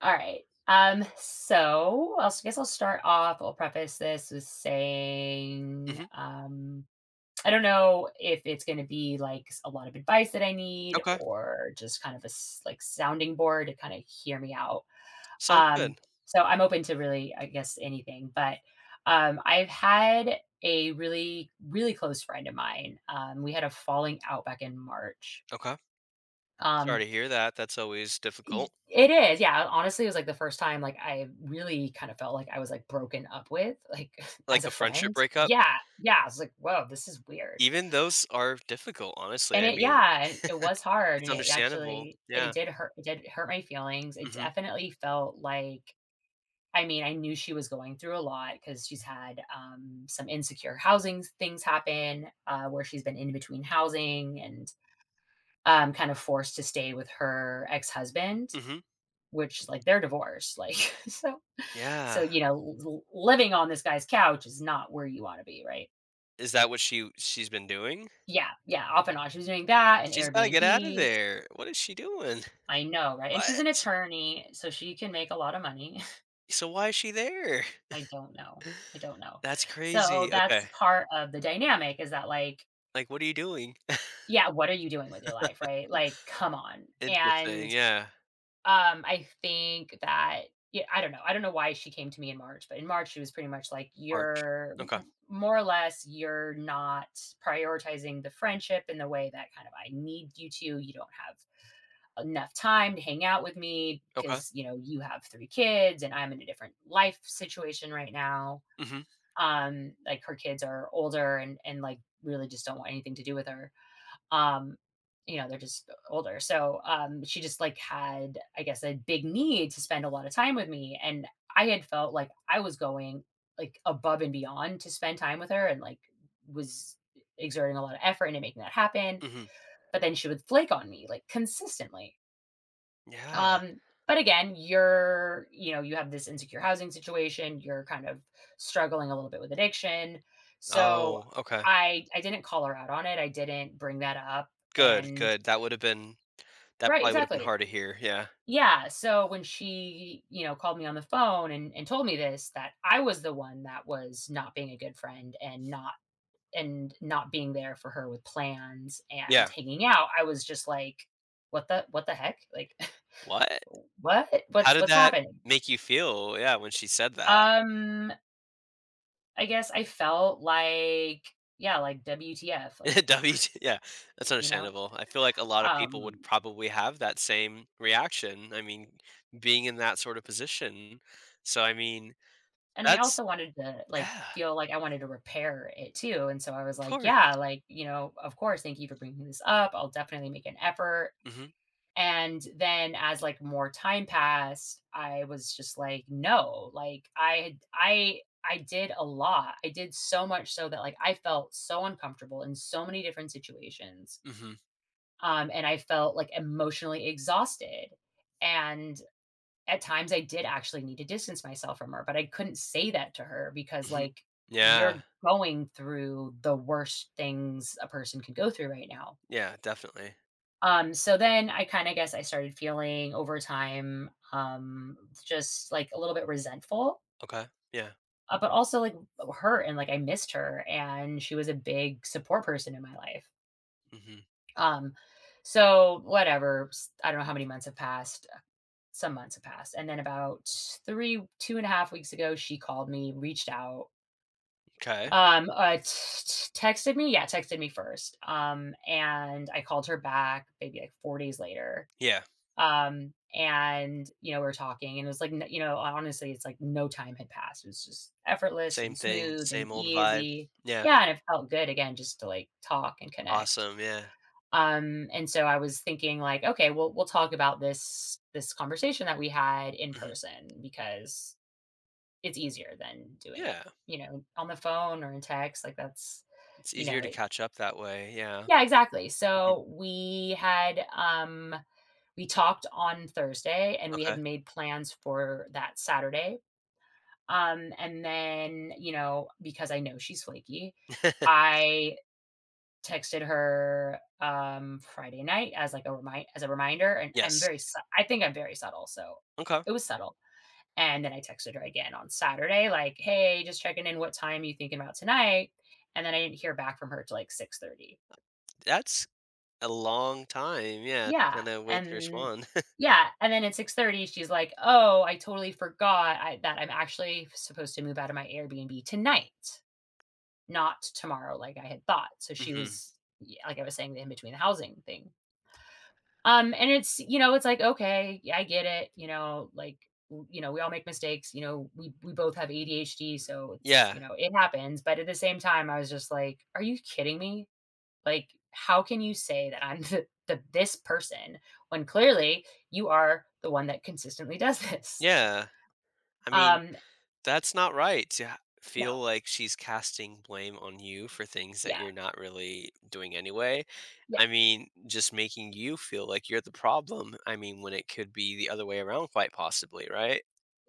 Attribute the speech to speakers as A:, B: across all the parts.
A: All right. So guess I'll start off. I'll preface this with saying,
B: Mhm.
A: um, I don't know if it's going to be like a lot of advice that I need
B: Okay.
A: or just kind of like sounding board to kind of hear me out.
B: Sounds
A: Um,
B: good.
A: so I'm open to really, I guess, anything, but I've had a really, really close friend of mine. We had a falling out back in March.
B: Okay.
A: Um,
B: Sorry to hear that. That's always
A: Y
B: difficult.
A: It is, yeah, honestly, it was, like, the first time, like, I really kind of felt like I was, like, broken up with, like, as
B: Like
A: a
B: a friendship
A: friend.
B: breakup,
A: Yeah, yeah, I was like, "Whoa, this is weird."
B: even those are difficult, honestly.
A: And
B: I
A: it
B: mean,
A: Yeah, and it was hard,
B: it's
A: and it
B: understandable.
A: actually and it
B: Yeah.
A: did hurt my feelings. It
B: Mhm.
A: definitely felt like I mean, I knew she was going through a lot because she's had some insecure housing things happen, where she's been in between housing and, kind of forced to stay with her ex-husband.
B: Mhm.
A: Which, like, they're divorced, like, so so,
B: Yeah.
A: you know, l living on this guy's couch is not where you wanna be, right?
B: Is that what she's been doing?
A: Yeah, yeah, off and on. She was doing that and
B: She's gotta get out of
A: Airbnbs.
B: there. What is she doing?
A: I know, right? And she's an
B: What?
A: attorney, so she can make a lot of money.
B: So why is she there?
A: I don't know. I don't know.
B: That's
A: So,
B: crazy.
A: that's
B: Okay.
A: part of the dynamic is that, like,
B: Like, what are you doing?
A: yeah, what are you doing with your life, right? Like, come on.
B: Interesting.
A: And
B: Yeah.
A: I think that yeah, I don't know. I don't know why she came to me in March, but in March she was pretty much like,
B: March.
A: "You're
B: Okay.
A: more or less you're not prioritizing the friendship in the way that kind of I need you to. You don't have enough time to hang out with me
B: Okay.
A: because you know you have three kids and I'm in a different life situation right now.
B: Mhm.
A: Like her kids are older and like really just don't want anything to do with her um, you know, they're just older. So she just like had, I guess, a big need to spend a lot of time with me. And I had felt like I was going like above and beyond to spend time with her and like was exerting a lot of effort into making that happen.
B: Mhm.
A: But then she would flake on me like consistently.
B: Yeah.
A: Um, but again, you're, you know, you have this insecure housing situation, you're kind of struggling a little bit with addiction. So
B: Oh, okay.
A: I didn't call her out on it. I didn't bring that up.
B: Good.
A: And
B: Good. That
A: right,
B: probably would've been
A: exactly.
B: hard to hear, yeah.
A: Yeah, so when she, you know, called me on the phone and told me this, that I was the one that was not being a good friend and not being there for her with plans and
B: Yeah.
A: hanging out, I was just like, "What the heck? Like,
B: "What?
A: what?
B: How
A: What's
B: did
A: what's
B: that
A: happening?"
B: make you feel?" Yeah, when she said that.
A: Um, I guess I felt like, yeah, like WTF, like,
B: WT yeah, that's
A: you know?
B: understandable. I feel like a lot of people would
A: Um
B: probably have that same reaction, I mean, being in that sort of position. So, I mean,
A: And I
B: that's
A: also wanted to, like,
B: yeah,
A: feel like I wanted to repair it too, and so I was
B: of
A: like, "Yeah,
B: course.
A: like, you know, of course, thank you for bringing this up, I'll definitely make an effort."
B: Mhm,
A: And then as, like, more time passed, I was just like, "No," like, I did a lot. I did so much so that, like, I felt so uncomfortable in so many different situations,
B: mhm,
A: and I felt, like, emotionally exhausted, and at times I did actually need to distance myself from her, but I couldn't say that to her because
B: mhm.
A: like
B: Yeah,
A: you're going through the worst things a person could go through right now.
B: yeah, definitely.
A: So then I kind of guess I started feeling over time, just like a little bit resentful,
B: Okay, yeah,
A: but also like hurt and like I missed her and she was a big support person in my life.
B: mhm.
A: Um, so whatever, I don't know how many months have passed. Some months have passed. And then about two and a half weeks ago, she called me, reached out,
B: Okay.
A: texted me. Yeah, texted me first. And I called her back maybe like 4 days later.
B: Yeah,
A: And you know, we were talking, and it was like, you know, honestly, it's like no time had passed. It was just effortless
B: same
A: and
B: thing,
A: smooth and
B: same old vibe.
A: easy.
B: Yeah,
A: Yeah, and it felt good again just to like talk and connect.
B: awesome, yeah.
A: And so I was thinking like, okay, we'll talk about this conversation that we had in
B: Mhm,
A: person because it's easier than doing it,
B: yeah.
A: you know, on the phone or in text. Like that's,
B: It's
A: you
B: easier
A: know,
B: to
A: it,
B: catch up that way, yeah.
A: yeah, exactly.
B: Mhm,
A: So we had we talked on Thursday and we had
B: okay.
A: made plans for that Saturday. And then, you know, because I know she's flaky, I texted her, Friday night as, like, a reminder, and I'm
B: Yes.
A: very sub I think I'm very subtle, so
B: Okay.
A: it was subtle, and then I texted her again on Saturday, like, "Hey, just checking in, what time you thinking about tonight?" And then I didn't hear back from her till, like, 6:30.
B: That's a long time, yeah, to
A: Yeah,
B: kinda wait to
A: and
B: respond.
A: yeah, and then at 6:30, she's like, "Oh, I totally forgot I that I'm actually supposed to move out of my Airbnb tonight, not tomorrow like I had thought." So she
B: Mhm.
A: was yeah, like I was saying, in between the housing thing. And it's, you know, it's like, okay, yeah, I get it, you know, like, you know, we all make mistakes, you know, we both have ADHD, so it's,
B: Yeah,
A: you know, it happens. But at the same time, I was just like, are you kidding me? Like, how can you say that I'm the this person when clearly you are the one that consistently does this?
B: yeah. I mean,
A: Um,
B: that's not right to ha feel
A: no,
B: like she's casting blame on you for things that
A: yeah,
B: you're not really doing anyway.
A: yeah.
B: I mean, just making you feel like you're the problem, I mean, when it could be the other way around quite possibly, right?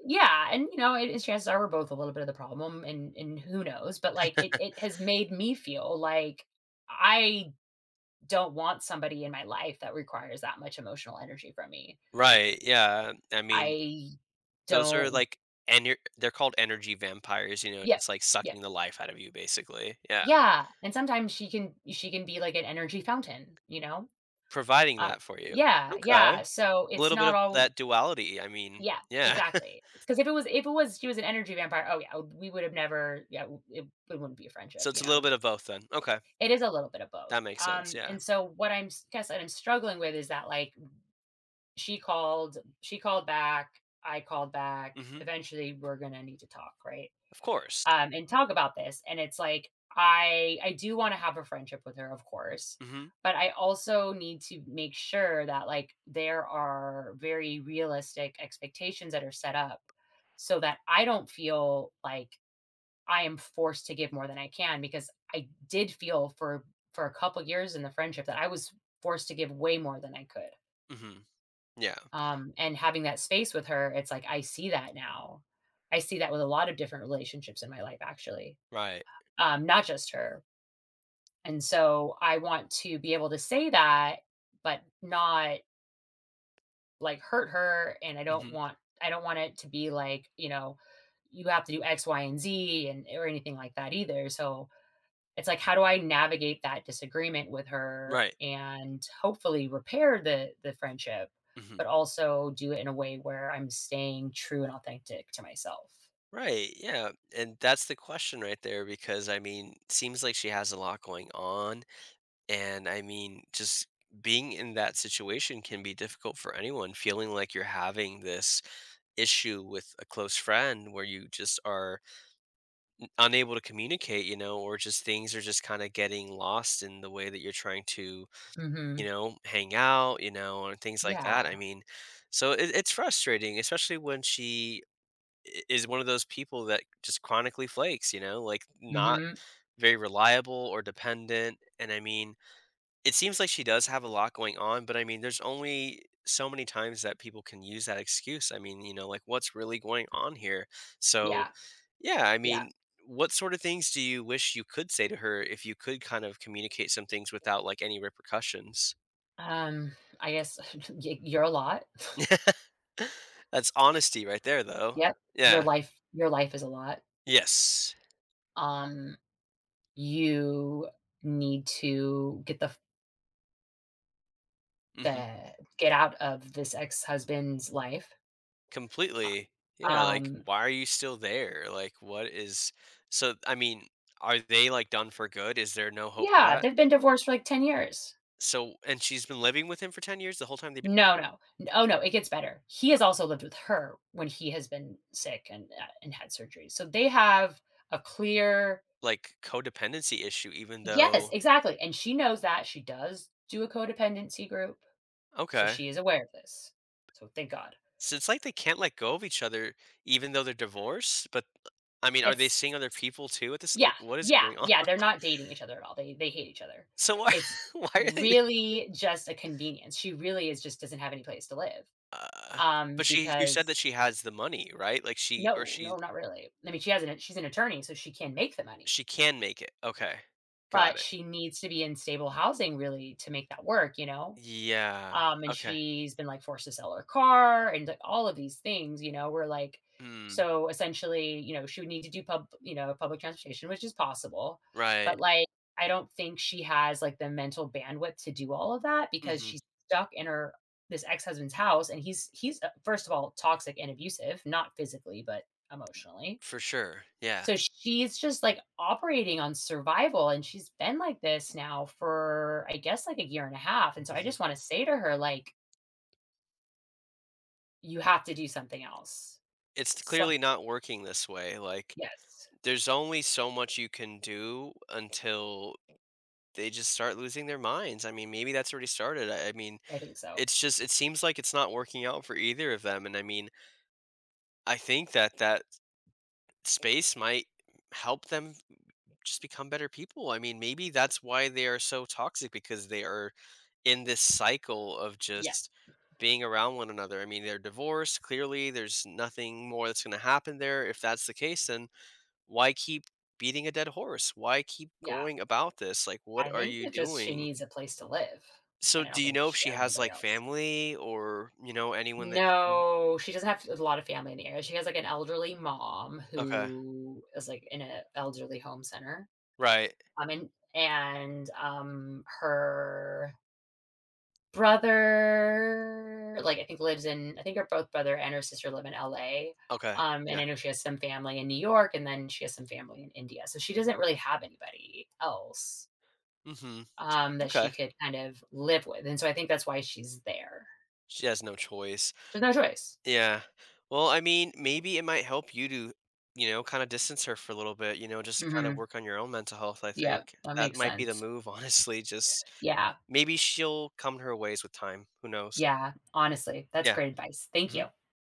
A: Yeah, and you know, it, it's chances are we're both a little bit of the problem, and who knows? But like, it has made me feel like I don't want somebody in my life that requires that much emotional energy from me.
B: Right, yeah. I mean,
A: I
B: Those are
A: don't
B: like ener they're called energy vampires, you know,
A: yeah,
B: just like
A: yeah,
B: sucking the life out of you basically, yeah,
A: yeah, and sometimes she can be like an energy fountain, you know?
B: providing
A: Uh,
B: that for you.
A: yeah,
B: Okay, a
A: yeah, so it's
B: little bit
A: not
B: of
A: all
B: that duality, I mean,
A: yeah,
B: yeah,
A: exactly. Because if it was she was an energy vampire, oh, yeah, we would have never yeah, it it wouldn't be a friendship,
B: so
A: you
B: it's a little
A: know?
B: bit of both then, okay,
A: It is a little bit of both.
B: that makes sense,
A: Um,
B: yeah,
A: and so what I'm s guess that I'm struggling with is that, like she called back I called back
B: mhm,
A: eventually we're gonna need to talk right
B: of course,
A: and talk about this and it's like I do want to have a friendship with her of course
B: mhm,
A: but I also need to make sure that like there are very realistic expectations that are set up so that I don't feel like I am forced to give more than I can because I did feel for a couple years in the friendship that I was forced to give way more than I could.
B: mhm, yeah,
A: And having that space with her, it's like I see that now. I see that with a lot of different relationships in my life actually,
B: right,
A: not just her. And so I want to be able to say that, but not like hurt her. And
B: mhm,
A: I don't want it to be like, you know, you have to do X, Y, and Z and or anything like that either. So it's like how do I navigate that disagreement with her
B: right,
A: and hopefully repair the friendship
B: mhm,
A: but also do it in a way where I'm staying true and authentic to myself.
B: right, yeah, and that's the question right there because, I mean, seems like she has a lot going on. And I mean, just being in that situation can be difficult for anyone, feeling like you're having this issue with a close friend where you just are unable to communicate, you know, or just things are just kind of getting lost in the way that you're trying to, you
A: Mhm.
B: know, hang out, and things like that. I
A: Yeah.
B: mean, so it's frustrating, especially when she is one of those people that just chronically flakes, you know, like not
A: Mhm.
B: very reliable or dependent. And I mean, it seems like she does have a lot going on, but I mean, there's only so many times that people can use that excuse. I mean, you know, like what's really going on here? So,
A: Yeah,
B: yeah, I
A: yeah.
B: mean, what sort of things do you wish you could say to her if you could kind of communicate some things without like any repercussions?
A: um I guess you're a lot.
B: That's honesty right there though.
A: Yep.
B: Yeah.
A: Your life is a lot.
B: Yes.
A: um you need to get the
B: Mhm.
A: the get out of this ex-husband's life.
B: Completely.
A: Uh,
B: Yeah, like
A: um
B: why are you still there? Like what is So I mean, are they like done for good? Is there no hope for
A: Yeah,
B: that?
A: they've been divorced for like 10 years.
B: So and she's been living with him for 10 years? The whole time they've been,
A: No, no. Oh, no, it gets better. He has also lived with her when he has been sick and had surgery. So they have a clear
B: like, codependency issue even
A: yes,
B: though
A: exactly. And she knows that. She does do a codependency group, so
B: Okay.
A: she is aware of this. So thank God.
B: So it's like they can't let go of each other even though they're divorced, but, I mean, are they
A: It's
B: seeing other people too at this
A: yeah,
B: like, what is
A: yeah,
B: going on?
A: yeah, they're not dating each other at all. They hate each other.
B: So why
A: It's
B: why are they,
A: really just a convenience. She really is just doesn't have any place to live,
B: uh, but she you said
A: because
B: that she has the money, right? Like, she or
A: no, no,
B: she
A: not really. I mean, she's an attorney, so she can make the money,
B: she can make it. Okay. Got
A: but
B: it.
A: she needs to be in stable housing really to make that work, you know?
B: Yeah.
A: And
B: Okay.
A: she's been like forced to sell her car and like all of these things, you know, we're like
B: Mm.
A: so essentially, you know, she would need to do you know, public transportation, which is possible,
B: Right.
A: but like I don't think she has like the mental bandwidth to do all of that because
B: Mhm.
A: she's stuck in her this ex-husband's house and he's first of all toxic and abusive, not physically, but emotionally
B: For sure. Yeah.
A: so she's just, like, operating on survival, and she's been like this now for, I guess, like, a year and a half, and so I
B: Mhm.
A: just wanna say to her, like, "You have to do something else."
B: It's
A: Some
B: clearly not working this way, like
A: yes,
B: there's only so much you can do until they just start losing their minds. I mean, maybe that's already started. I mean,
A: I think so.
B: it seems like it's not working out for either of them, and I mean, I think that that space might help them just become better people. I mean, maybe that's why they are so toxic because they are in this cycle of
A: Yeah,
B: just being around one another. I mean, they're divorced, clearly there's nothing more that's going to happen there. If that's the case, then why keep beating a dead horse? Why keep
A: yeah.
B: going about this? Like, what
A: I
B: are
A: think
B: you
A: it just she
B: doing?
A: needs a place to live,
B: So,
A: and I don't
B: do you
A: think
B: know if
A: she
B: she
A: has
B: has,
A: anybody
B: like,
A: else.
B: family or, anyone that she can
A: No, she doesn't have a lot of family in the area. She has, like, an elderly mom
B: Okay.
A: who is, like, in a elderly home center,
B: Right.
A: her brother, like, I think lives in I think her both brother and her sister live in LA,
B: Okay.
A: and
B: Yeah.
A: I know she has some family in New York, and then she has some family in India, so she doesn't really have anybody else,
B: Mhm.
A: that she
B: Okay.
A: could kind of live with, and so I think that's why she's there.
B: She has no choice.
A: There's no choice.
B: Yeah. Well, I mean, maybe it might help you to, kinda distance her for a little bit, just kinda
A: Mhm.
B: work on your own mental health, I
A: Yeah,
B: think.
A: that
B: That
A: makes
B: might be the
A: sense.
B: move, honestly, just
A: Yeah,
B: maybe she'll come her ways with time. Who knows?
A: yeah, honestly, that's
B: Yeah.
A: great advice. Thank
B: Mhm.
A: you.